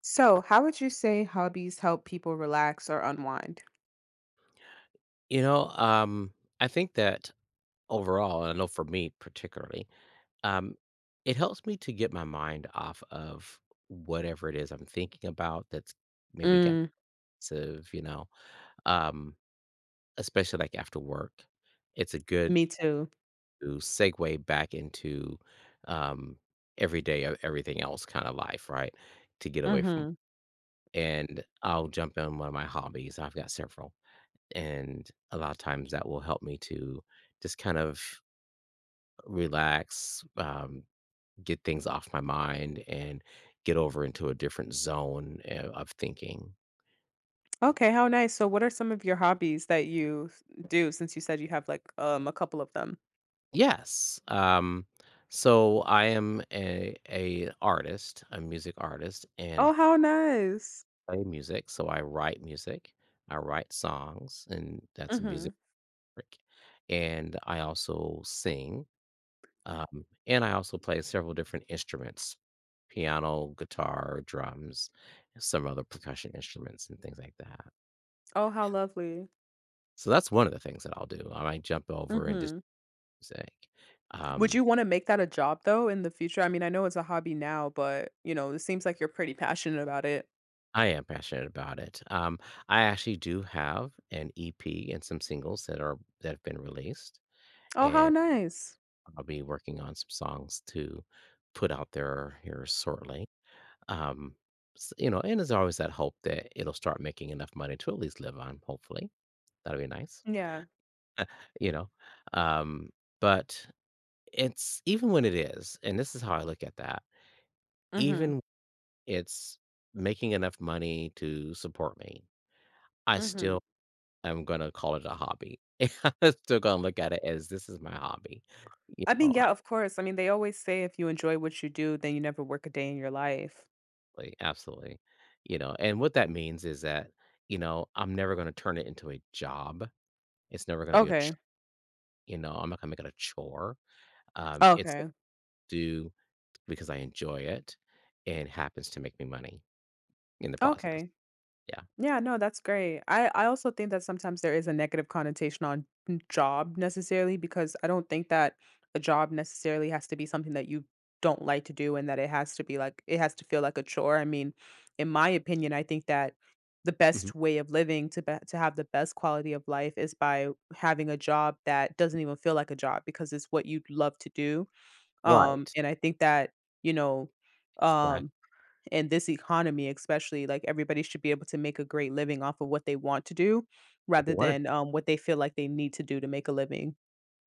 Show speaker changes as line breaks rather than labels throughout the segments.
So, how would you say hobbies help people relax or unwind?
You know, I think that overall, and I know for me particularly, um, it helps me to get my mind off of whatever it is I'm thinking about that's maybe got
Mm.
pensive, you know, um, especially like after work. It's a good
Me too.
to segue back into um, everyday of everything else kind of life, right? To get away from.
Hmm.
And I'll jump in one of my hobbies. I've got several. And a lot of times that will help me to just kind of relax, get things off my mind, and get over into a different zone of thinking.
Okay, how nice. So, what are some of your hobbies that you do since you said you have like a couple of them?
Yes. So I am a artist, a music artist,
Oh,
and
how nice.
play music. So I write music. I write songs, and that's
Hmm.
music. Work. And I also sing, and I also play several different instruments: piano, guitar, drums, and some other percussion instruments, and things like that.
Oh, how lovely.
So that's one of the things that I'll do. I might jump over and just
Hmm.
music.
Would
Um,
you want to make that a job though in the future? I mean, I know it's a hobby now, but it seems like you're pretty passionate about it.
I am passionate about it. I actually do have an EP and some singles that have been released,
Oh, how
and
nice.
I'll be working on some songs to put out there here shortly. Um, and there's always that hope that it'll start making enough money to at least live on, hopefully. That'll be nice,
Yeah.
you know? Um, but it's even when it is, and this is how I look at that,
Hmm.
even it's making enough money to support me. I
Hmm.
still am gonna call it a hobby. I'm still gonna look at it as this is my hobby, you
I
know,
mean, yeah, of course. I mean, they always say if you enjoy what you do, then you never work a day in your life.
absolutely, absolutely, you know, and what that means is that, you know, I'm never gonna turn it into a job. It's never gonna be a ch
Okay.
you know, I'm not gonna make it a chore. It's
Okay.
do because I enjoy it and happens to make me money in the process.
Okay.
Yeah.
Yeah, no, that's great. I also think that sometimes there is a negative connotation on job necessarily because I don't think that a job necessarily has to be something that you don't like to do and that it has to be like it has to feel like a chore. I mean, in my opinion, I think that the
Mhm.
best way of living to have the best quality of life is by having a job that doesn't even feel like a job because it's what you love to do. Um,
Right.
and I think that, you know,
Exactly.
um, in this economy, especially, like everybody should be able to make a great living off of what they want to do
But they
rather
wanted
than what they feel like they need to do to make a living.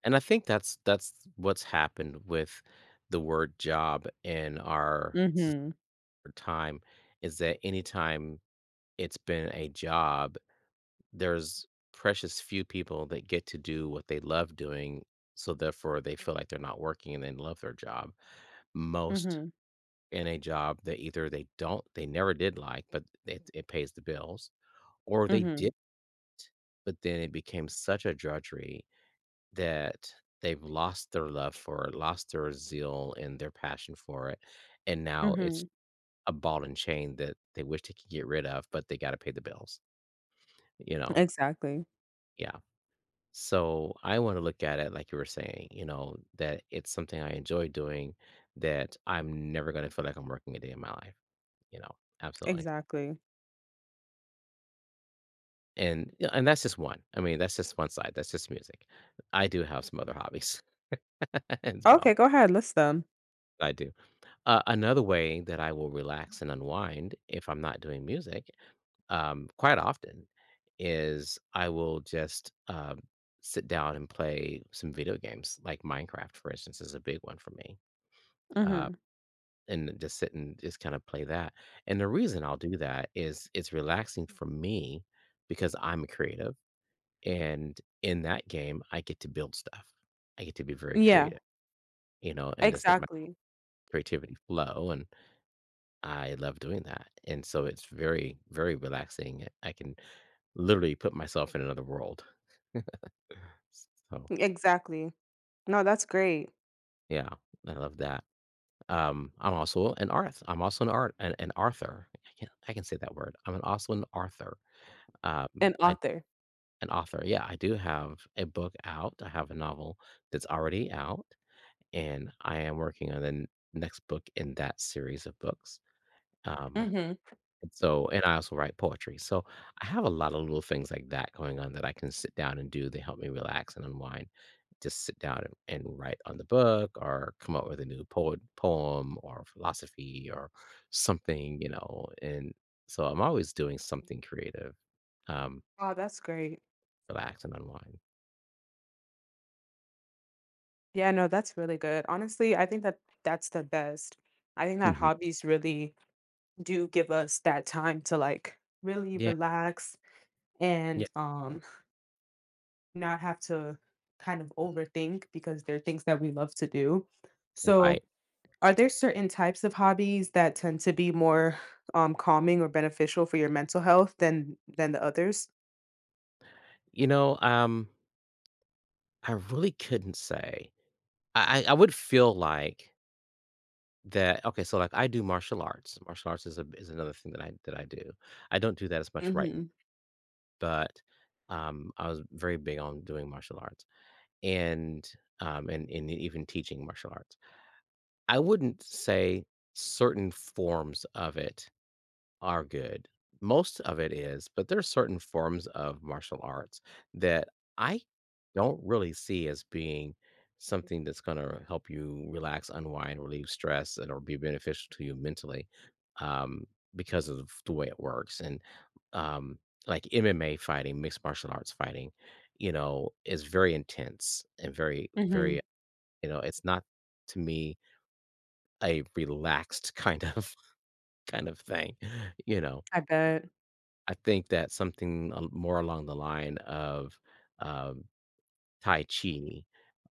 and I think that's what's happened with the word job in our s
Mhm.
time is that anytime it's been a job there's precious few people that get to do what they love doing, so therefore they feel like they're not working and they love their job. Most
Mhm.
in a job that either they don't, they never did like, but it pays the bills, or they did,
Mhm.
but then it became such a drudgery that they've lost their love for it, lost their zeal and their passion for it. And now it's
Mhm.
a ball and chain that they wish they could get rid of, but they got to pay the bills, you know?
Exactly.
Yeah. So I want to look at it like you were saying, you know, that it's something I enjoy doing that I'm never going to feel like I'm working a day in my life, you know. Absolutely.
Exactly.
And yeah, and that's just one. I mean, that's just one side. That's just music. I do have some other hobbies as
Okay,
well.
go ahead. List them.
I do. Another way that I will relax and unwind if I'm not doing music quite often is I will just sit down and play some video games, like Minecraft, for instance, is a big one for me uh,
Mhm.
and just sit and just kind of play that. And the reason I'll do that is it's relaxing for me because I'm a creative, and in that game, I get to build stuff. I get to be very
Yeah.
creative, you know, and just let my
Exactly.
creativity flow. And I love doing that, and so it's very, very relaxing. I can literally put myself in another world. So
Exactly. No, that's great.
yeah, I love that. I'm also an art. I'm also an art an author. I can say that word. I'm an also an author
An
I
author.
an author, yeah, I do have a book out, I have a novel that's already out, and I am working on the n next book in that series of books, um,
Mhm.
and so and I also write poetry, so I have a lot of little things like that going on that I can sit down and do, they help me relax and unwind, just sit down and write on the book or come up with a new poet poem or philosophy or something, you know, and so I'm always doing something creative, um,
Oh, that's great.
relax and unwind.
Yeah, no, that's really good. Honestly, I think that that's the best. I think that
Mhm.
hobbies really do give us that time to like really
Yeah,
relax
yeah,
and not have to kind of overthink because they're things that we love to do. So,
right.
are there certain types of hobbies that tend to be more calming or beneficial for your mental health than the others?
You know, I really couldn't say. I would feel like that okay, so, like, I do martial arts. Martial arts is another thing that I do. I don't do that as much right n
Mhm.
but, I was very big on doing martial arts and, and even teaching martial arts. I wouldn't say certain forms of it are good. Most of it is, but there are certain forms of martial arts that I don't really see as being something that's going to help you relax, unwind, relieve stress, and or be beneficial to you mentally um, because of the way it works. And um, like MMA fighting, mixed martial arts fighting, you know, is very intense and very, very,
Mhm.
you know, it's not to me a relaxed kind of kind of thing, you know
I bet.
I think that something al more along the line of, um, Tai Chi,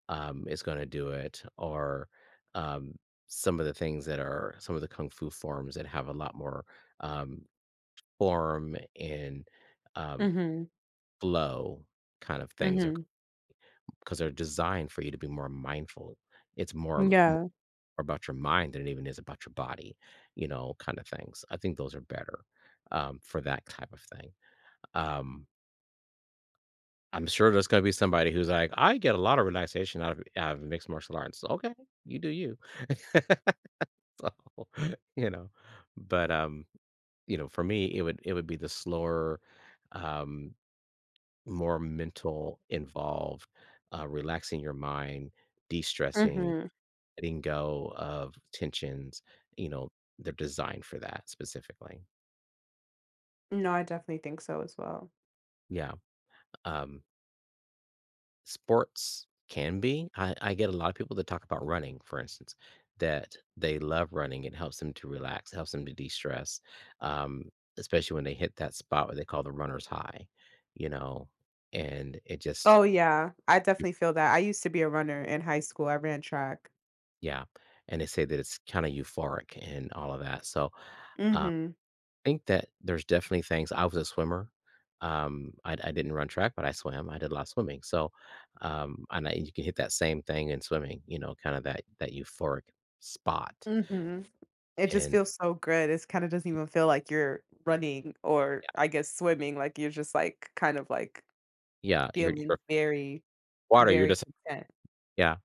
is gonna do it or, um, some of the things that are some of the kung fu forms that have a lot more, um, form and, um,
Mhm.
flow kind of things are
Mhm.
because they are 'cause they're designed for you to be more mindful. It's more ab more
Yeah.
about your mind than it even is about your body, you know, kind of things. I think those are better, for that type of thing. Um I'm sure there's gonna be somebody who's like, "I get a lot of relaxation out of mixed martial arts." Okay, you do you. So, you know, but, you know, for me, it would be the slower, um, more mental involved, relaxing your mind, de-stressing,
Mhm.
letting go of tensions, you know, they're designed for that specifically.
No, I definitely think so as well.
Yeah, um Sports can be. I get a lot of people that talk about running, for instance, that they love running. It helps them to relax, helps them to de-stress, um, especially when they hit that spot where they call the runner's high, you know, and it just
Oh, yeah. I definitely feel that. I used to be a runner in high school. I ran track.
yeah, and they say that it's kind of euphoric and all of that. So, uh,
Mhm.
think that there's definitely things I was a swimmer. I didn't run track, but I swam. I did a lot of swimming. So, and I, you can hit that same thing in swimming, you know, kind of that euphoric spot.
Mhm. It just
And
feels so good. It kinda doesn't even feel like you're running or,
yeah,
I guess, swimming, like, you're just, like, kind of, like,
yeah, you're
feeling
you're
very,
water, you're
very
just
content.
yeah.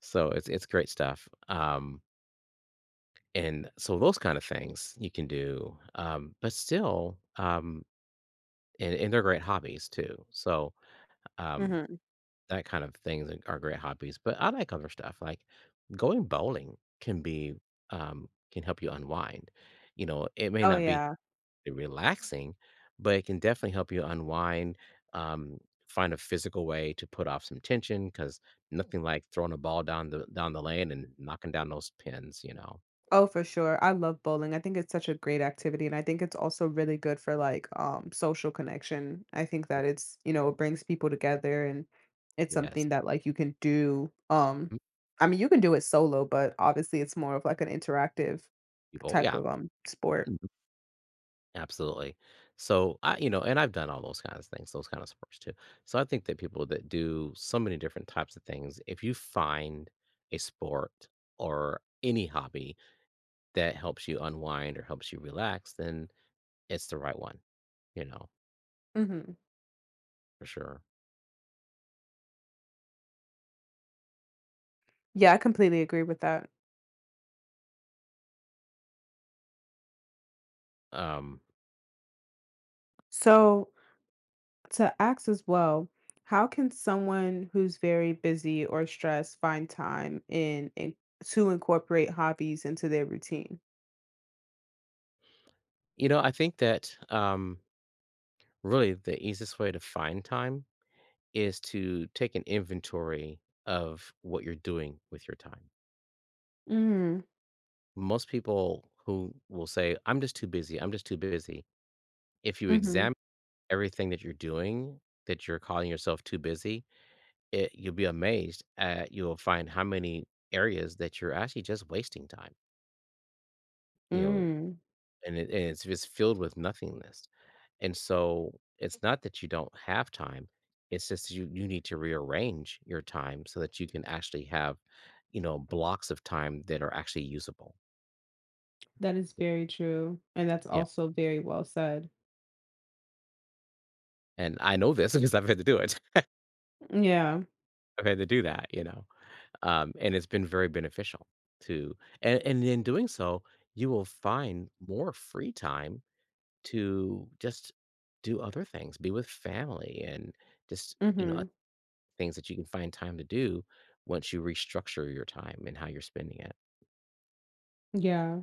So it's great stuff. And so those kind of things you can do. But still, and they're great hobbies too. So um
Mhm.
that kind of things are great hobbies, but I like other stuff, like, going bowling can be, can help you unwind. You know, it may
Oh,
not be
yeah.
relaxing, but it can definitely help you unwind, um, find a physical way to put off some tension because nothing like throwing a ball down the lane and knocking down those pins, you know?
Oh, for sure. I love bowling. I think it's such a great activity, and I think it's also really good for like social connection. I think that it's, it brings people together, and it's
Yes.
something that like you can do
Mm,
I mean, you can do it solo, but obviously it's more of like an interactive
people,
type
yeah.
of sport.
Mm. Absolutely. So I, you know, and I've done all those kinds of things, those kind of sports too. So I think that people that do so many different types of things, if you find a sport or any hobby that helps you unwind or helps you relax, then it's the right one, you know,
Mhm.
for sure.
Yeah, I completely agree with that.
Um,
So, to ask as well, how can someone who's very busy or stressed find time in to incorporate hobbies into their routine?
you know, I think that really the easiest way to find time is to take an inventory of what you're doing with your time.
Mm.
Most people who will say, I'm just too busy, I'm just too busy. If you
Hmm.
examine everything that you're doing, that you're calling yourself too busy, you'll be amazed at you'll find how many areas that you're actually just wasting time, you know,
Mm.
and it's just filled with nothingness. And so it's not that you don't have time, it's just you need to rearrange your time so that you can actually have, you know, blocks of time that are actually usable.
That is very true, and that's
Yeah.
also very well said.
And I know this because I've had to do it.
Yeah.
Okay, to do that, you know, and it's been very beneficial to and in doing so, you will find more free time to just do other things, be with family and just, you know, other
Hmm.
things that you can find time to do once you restructure your time and how you're spending it.
Yeah.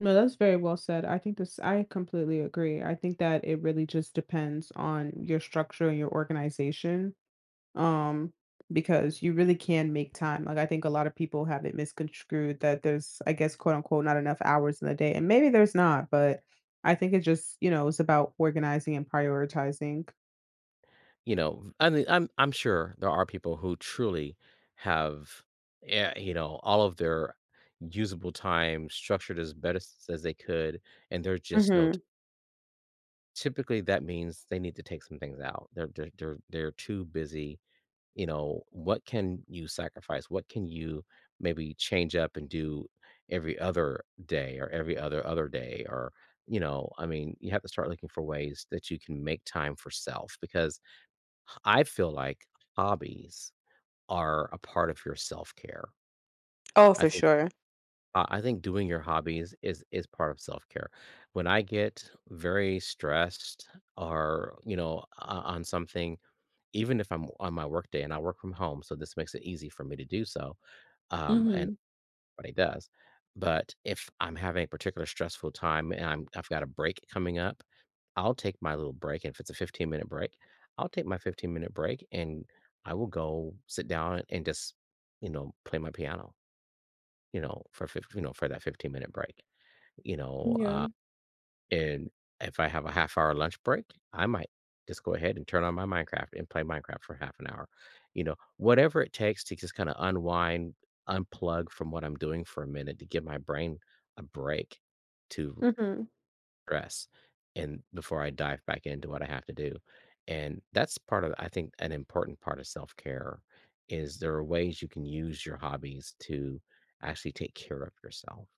No, that's very well said. I completely agree. I think that it really just depends on your structure and your organization, um, because you really can make time. Like, I think a lot of people have it misconstrued that there's, I guess, quote unquote, not enough hours in the day, and maybe there's not, but I think it just, it's about organizing and prioritizing.
You know, I mean, I'm sure there are people who truly have, you know, all of their usable time structured as best as they could, and there's just no t
Mhm.
typically, that means they need to take some things out. They're too busy, you know, what can you sacrifice? What can you maybe change up and do every other day or every other day or, you know, I mean, you have to start looking for ways that you can make time for self because I feel like hobbies are a part of your self-care.
Oh,
I
for
think
sure.
I think doing your hobbies is part of self-care. When I get very stressed or, you know, o on something, even if I'm on my work day and I work from home, so this makes it easy for me to do so, and
Mhm.
everybody does. But if I'm having a particular stressful time and I've got a break coming up, I'll take my little break, and if it's a 15-minute break, I'll take my 15-minute break, and I will go sit down and just, you know, play my piano, you know, for fif you know, for that 15-minute break, you know,
Yeah.
and if I have a half-hour lunch break, I might just go ahead and turn on my Minecraft and play Minecraft for half an hour, you know, whatever it takes to just kinda unwind, unplug from what I'm doing for a minute to give my brain a break to
Mhm.
stress and before I dive back into what I have to do. And that's part of I think an important part of self-care is there are ways you can use your hobbies to actually take care of yourself.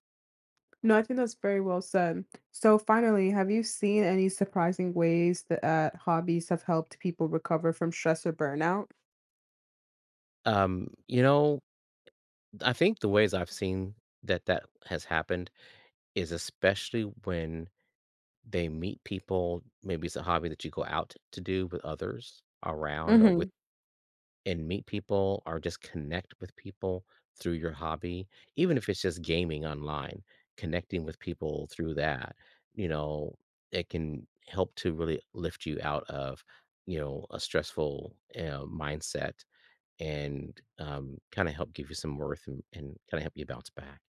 No, I think that's very well said. So, finally, have you seen any surprising ways that hobbies have helped people recover from stress or burnout?
You know, I think the ways I've seen that that has happened is especially when they meet people, maybe it's a hobby that you go out to do with others around or with
Mhm.
and meet people or just connect with people through your hobby, even if it's just gaming online, connecting with people through that, you know, it can help to really lift you out of, you know, a stressful mindset and kind of help give you some worth and, kind of help you bounce back.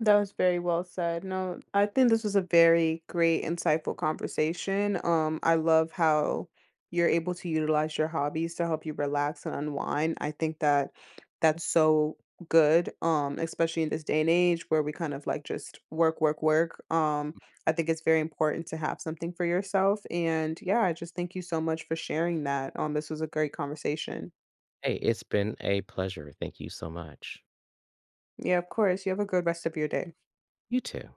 That was very well said. No, I think this was a very great, insightful conversation. I love how you're able to utilize your hobbies to help you relax and unwind. I think that that's so good, especially in this day and age where we kind of like just work, work, work. I think it's very important to have something for yourself. And yeah, I just thank you so much for sharing that. This was a great conversation.
Hey, it's been a pleasure. Thank you so much.
Yeah, of course. You have a good rest of your day.
You too.